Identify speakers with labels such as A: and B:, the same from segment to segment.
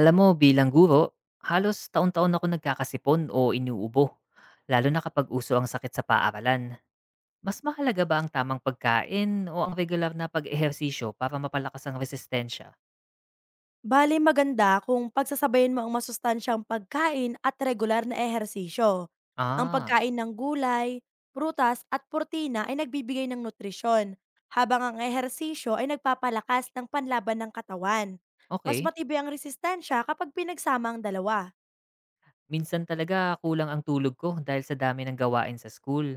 A: Alam mo, bilang guro, halos taon-taon ako nagkakasipon o inuubo, lalo na kapag uso ang sakit sa paaralan. Mas mahalaga ba ang tamang pagkain o ang regular na pag-ehersisyo para mapalakas ang resistensya?
B: Bali maganda kung pagsasabayin mo ang masustansyang pagkain at regular na ehersisyo. Ang
A: Ah,
B: pagkain ng gulay, prutas at protina ay nagbibigay ng nutrisyon, habang ang ehersisyo ay nagpapalakas ng panlaban ng katawan. Mas
A: okay.
B: matibay ang resistensya kapag pinagsama ang dalawa.
A: Minsan talaga kulang ang tulog ko dahil sa dami ng gawain sa school.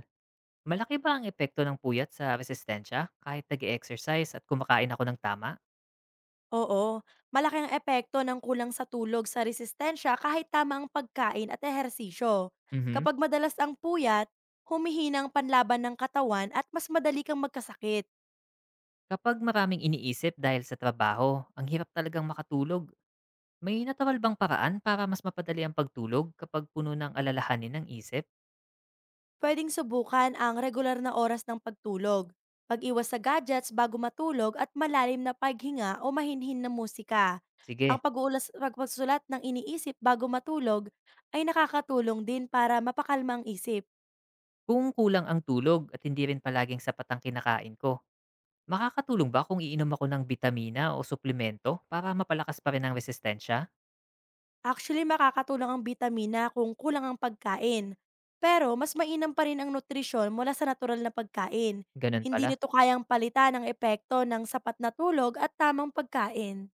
A: Malaki ba ang epekto ng puyat sa resistensya kahit nag-exercise at kumakain ako ng tama?
B: Oo, malaki ang epekto ng kulang sa tulog sa resistensya kahit tama ang pagkain at ehersisyo.
A: Mhm.
B: Kapag madalas ang puyat, humihina ang panlaban ng katawan at mas madali kang magkasakit.
A: Kapag maraming iniisip dahil sa trabaho, ang hirap talagang makatulog. May natawal bang paraan para mas mapadali ang pagtulog kapag puno ng alalahanin ng isip?
B: Pwedeng subukan ang regular na oras ng pagtulog, pag-iwas sa gadgets bago matulog at malalim na paghinga o mahinhin na musika. Ang
A: Sige,
B: pag-uulas pagpagsulat ng iniisip bago matulog ay nakakatulong din para mapakalma ang isip.
A: kung kulang ang tulog at hindi rin palaging sapat ang kinakain ko, makakatulong ba kung iinom ako ng bitamina o suplemento para mapalakas pa rin ang resistensya?
B: Actually, makakatulong ang bitamina kung kulang ang pagkain. Pero mas mainam pa rin ang nutrisyon mula sa natural na pagkain.
A: Ganun
B: Hindi
A: pala.
B: nito kayang palitan ang epekto ng sapat na tulog at tamang pagkain.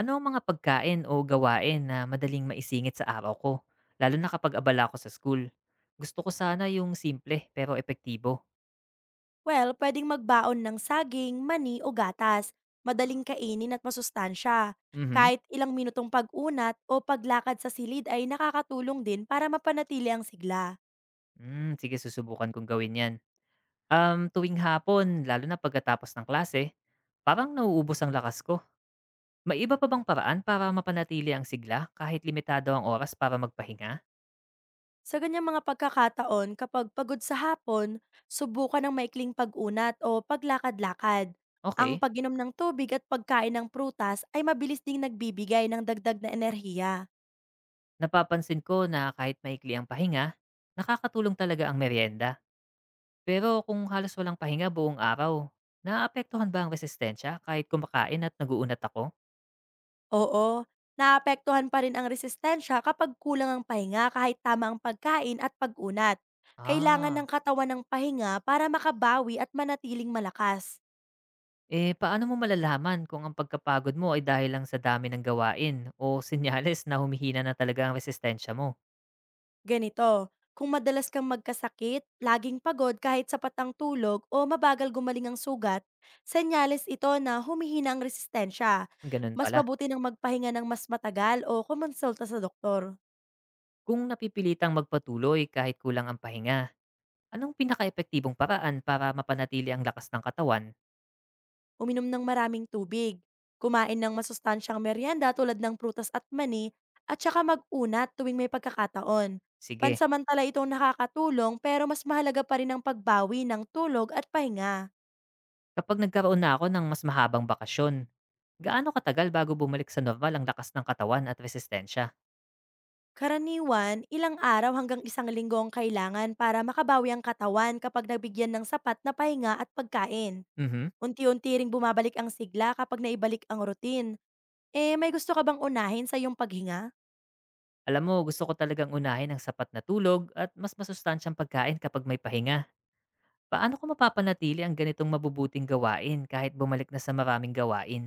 A: Ano ang mga pagkain o gawain na madaling maisingit sa araw ko? Lalo na kapag abala ako sa school. Gusto ko sana yung simple pero epektibo.
B: Well, pwedeng magbaon ng saging, mani o gatas. Madaling kainin at masustansya.
A: Mhm.
B: Kahit ilang minutong pag-unat o paglakad sa silid ay nakakatulong din para mapanatili ang sigla.
A: Mm, sige, susubukan kong gawin yan. Tuwing hapon, lalo na pagkatapos ng klase, parang nauubos ang lakas ko. May iba pa bang paraan para mapanatili ang sigla kahit limitado ang oras para magpahinga?
B: Sa ganyang mga pagkakataon, kapag pagod sa hapon, subukan ng maikling pag-unat o paglakad-lakad. Ang
A: Okay,
B: pag-inom ng tubig at pagkain ng prutas ay mabilis ding nagbibigay ng dagdag na enerhiya.
A: napapansin ko na kahit maikli ang pahinga, nakakatulong talaga ang merienda. Pero kung halos walang pahinga buong araw, naapektuhan ba ang resistensya kahit kumakain at naguunat ako?
B: Oo, naapektuhan pa rin ang resistensya kapag kulang ang pahinga kahit tama ang pagkain at pag-unat. Kailangan ng
A: Ah,
B: katawan ng pahinga para makabawi at manatiling malakas.
A: eh paano mo malalaman kung ang pagkapagod mo ay dahil lang sa dami ng gawain o sinyales na humihina na talaga ang resistensya mo?
B: Ganito, kung madalas kang magkasakit, laging pagod kahit sapat ang tulog o mabagal gumaling ang sugat, senyales ito na humihina ang resistensya.
A: Ganun
B: Mas
A: pala.
B: mabuti ng magpahinga ng mas matagal o kumonsulta sa doktor.
A: Kung napipilitang magpatuloy kahit kulang ang pahinga, anong pinakaepektibong paraan para mapanatili ang lakas ng katawan?
B: Uminom ng maraming tubig, kumain ng masustansyang merienda tulad ng prutas at mani, at saka mag-unat tuwing may pagkakataon.
A: Sige,
B: Pansamantala itong nakakatulong pero mas mahalaga pa rin ang pagbawi ng tulog at pahinga.
A: kapag nagkaroon na ako ng mas mahabang bakasyon, gaano katagal bago bumalik sa normal ang lakas ng katawan at resistensya?
B: Karaniwan, ilang araw hanggang isang linggo ang kailangan para makabawi ang katawan kapag nabigyan ng sapat na pahinga at pagkain.
A: Mhm.
B: Unti-unti ring bumabalik ang sigla kapag naibalik ang routine. Eh, may gusto ka bang unahin sa iyong paghinga?
A: Alam mo, gusto ko talagang unahin ang sapat na tulog at mas masustansyang pagkain kapag may pahinga. Paano ko mapapanatili ang ganitong mabubuting gawain kahit bumalik na sa maraming gawain?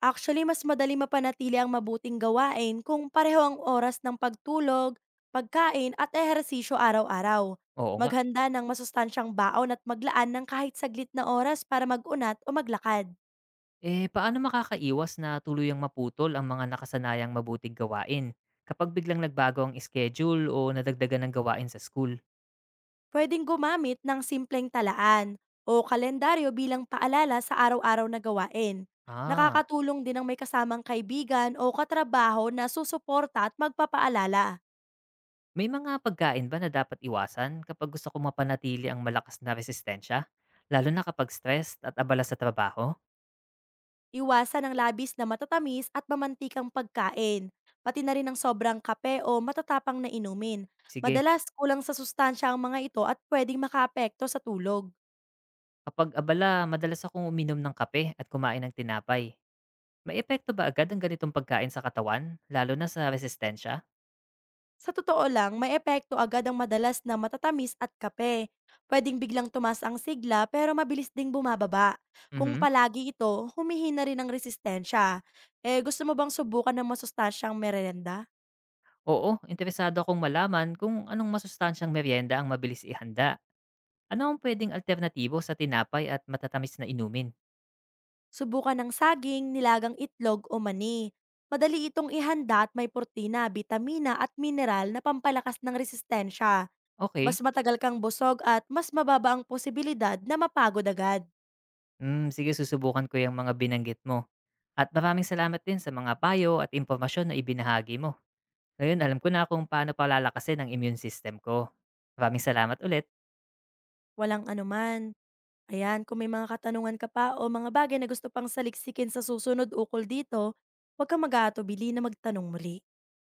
B: Actually, mas madali mapanatili ang mabuting gawain kung pareho ang oras ng pagtulog, pagkain at ehersisyo araw-araw.
A: Oo nga.
B: Maghanda ng masustansyang baon at maglaan ng kahit saglit na oras para mag-unat o maglakad.
A: Eh, paano makakaiwas na tuluyang maputol ang mga nakasanayang mabuting gawain kapag biglang nagbago ang schedule o nadagdagan ng gawain sa school?
B: Pwedeng gumamit ng simpleng talaan o kalendaryo bilang paalala sa araw-araw na gawain.
A: Ah,
B: Nakakatulong din ang may kasamang kaibigan o katrabaho na susuporta at magpapaalala.
A: may mga pagkain ba na dapat iwasan kapag gusto kong mapanatili ang malakas na resistensya? Lalo na kapag stressed at abala sa trabaho?
B: Iwasan ang labis na matatamis at mamantikang pagkain, pati na rin ang sobrang kape o matatapang na inumin.
A: Sige,
B: Madalas kulang sa sustansya ang mga ito at pwedeng makaapekto sa tulog.
A: kapag abala, madalas akong uminom ng kape at kumain ng tinapay. May epekto ba agad ang ganitong pagkain sa katawan, lalo na sa resistensya?
B: Sa totoo lang, may epekto agad ang madalas na matatamis at kape. Pwedeng biglang tumas ang sigla pero mabilis ding bumababa. Kung
A: Mhm.
B: palagi ito, humihina rin ang resistensya. Eh, gusto mo bang subukan ng masustansyang merenda?
A: Oo, interesado akong malaman kung anong masustansyang merienda ang mabilis ihanda. Ano ang pwedeng alternatibo sa tinapay at matatamis na inumin?
B: Subukan ng saging, nilagang itlog o mani. Madali itong ihanda at may protina, bitamina at mineral na pampalakas ng resistensya.
A: Okay.
B: Mas matagal kang busog at mas mababa ang posibilidad na mapagod agad.
A: Hmm, sige, susubukan ko yung mga binanggit mo. At maraming salamat din sa mga payo at impormasyon na ibinahagi mo. Ngayon alam ko na kung paano palalakasin ang immune system ko. Maraming salamat ulit.
B: Walang anuman. Ayan, kung may mga katanungan ka pa o mga bagay na gusto pang saliksikin sa susunod ukol dito, huwag kang mag-aatubili na magtanong muli.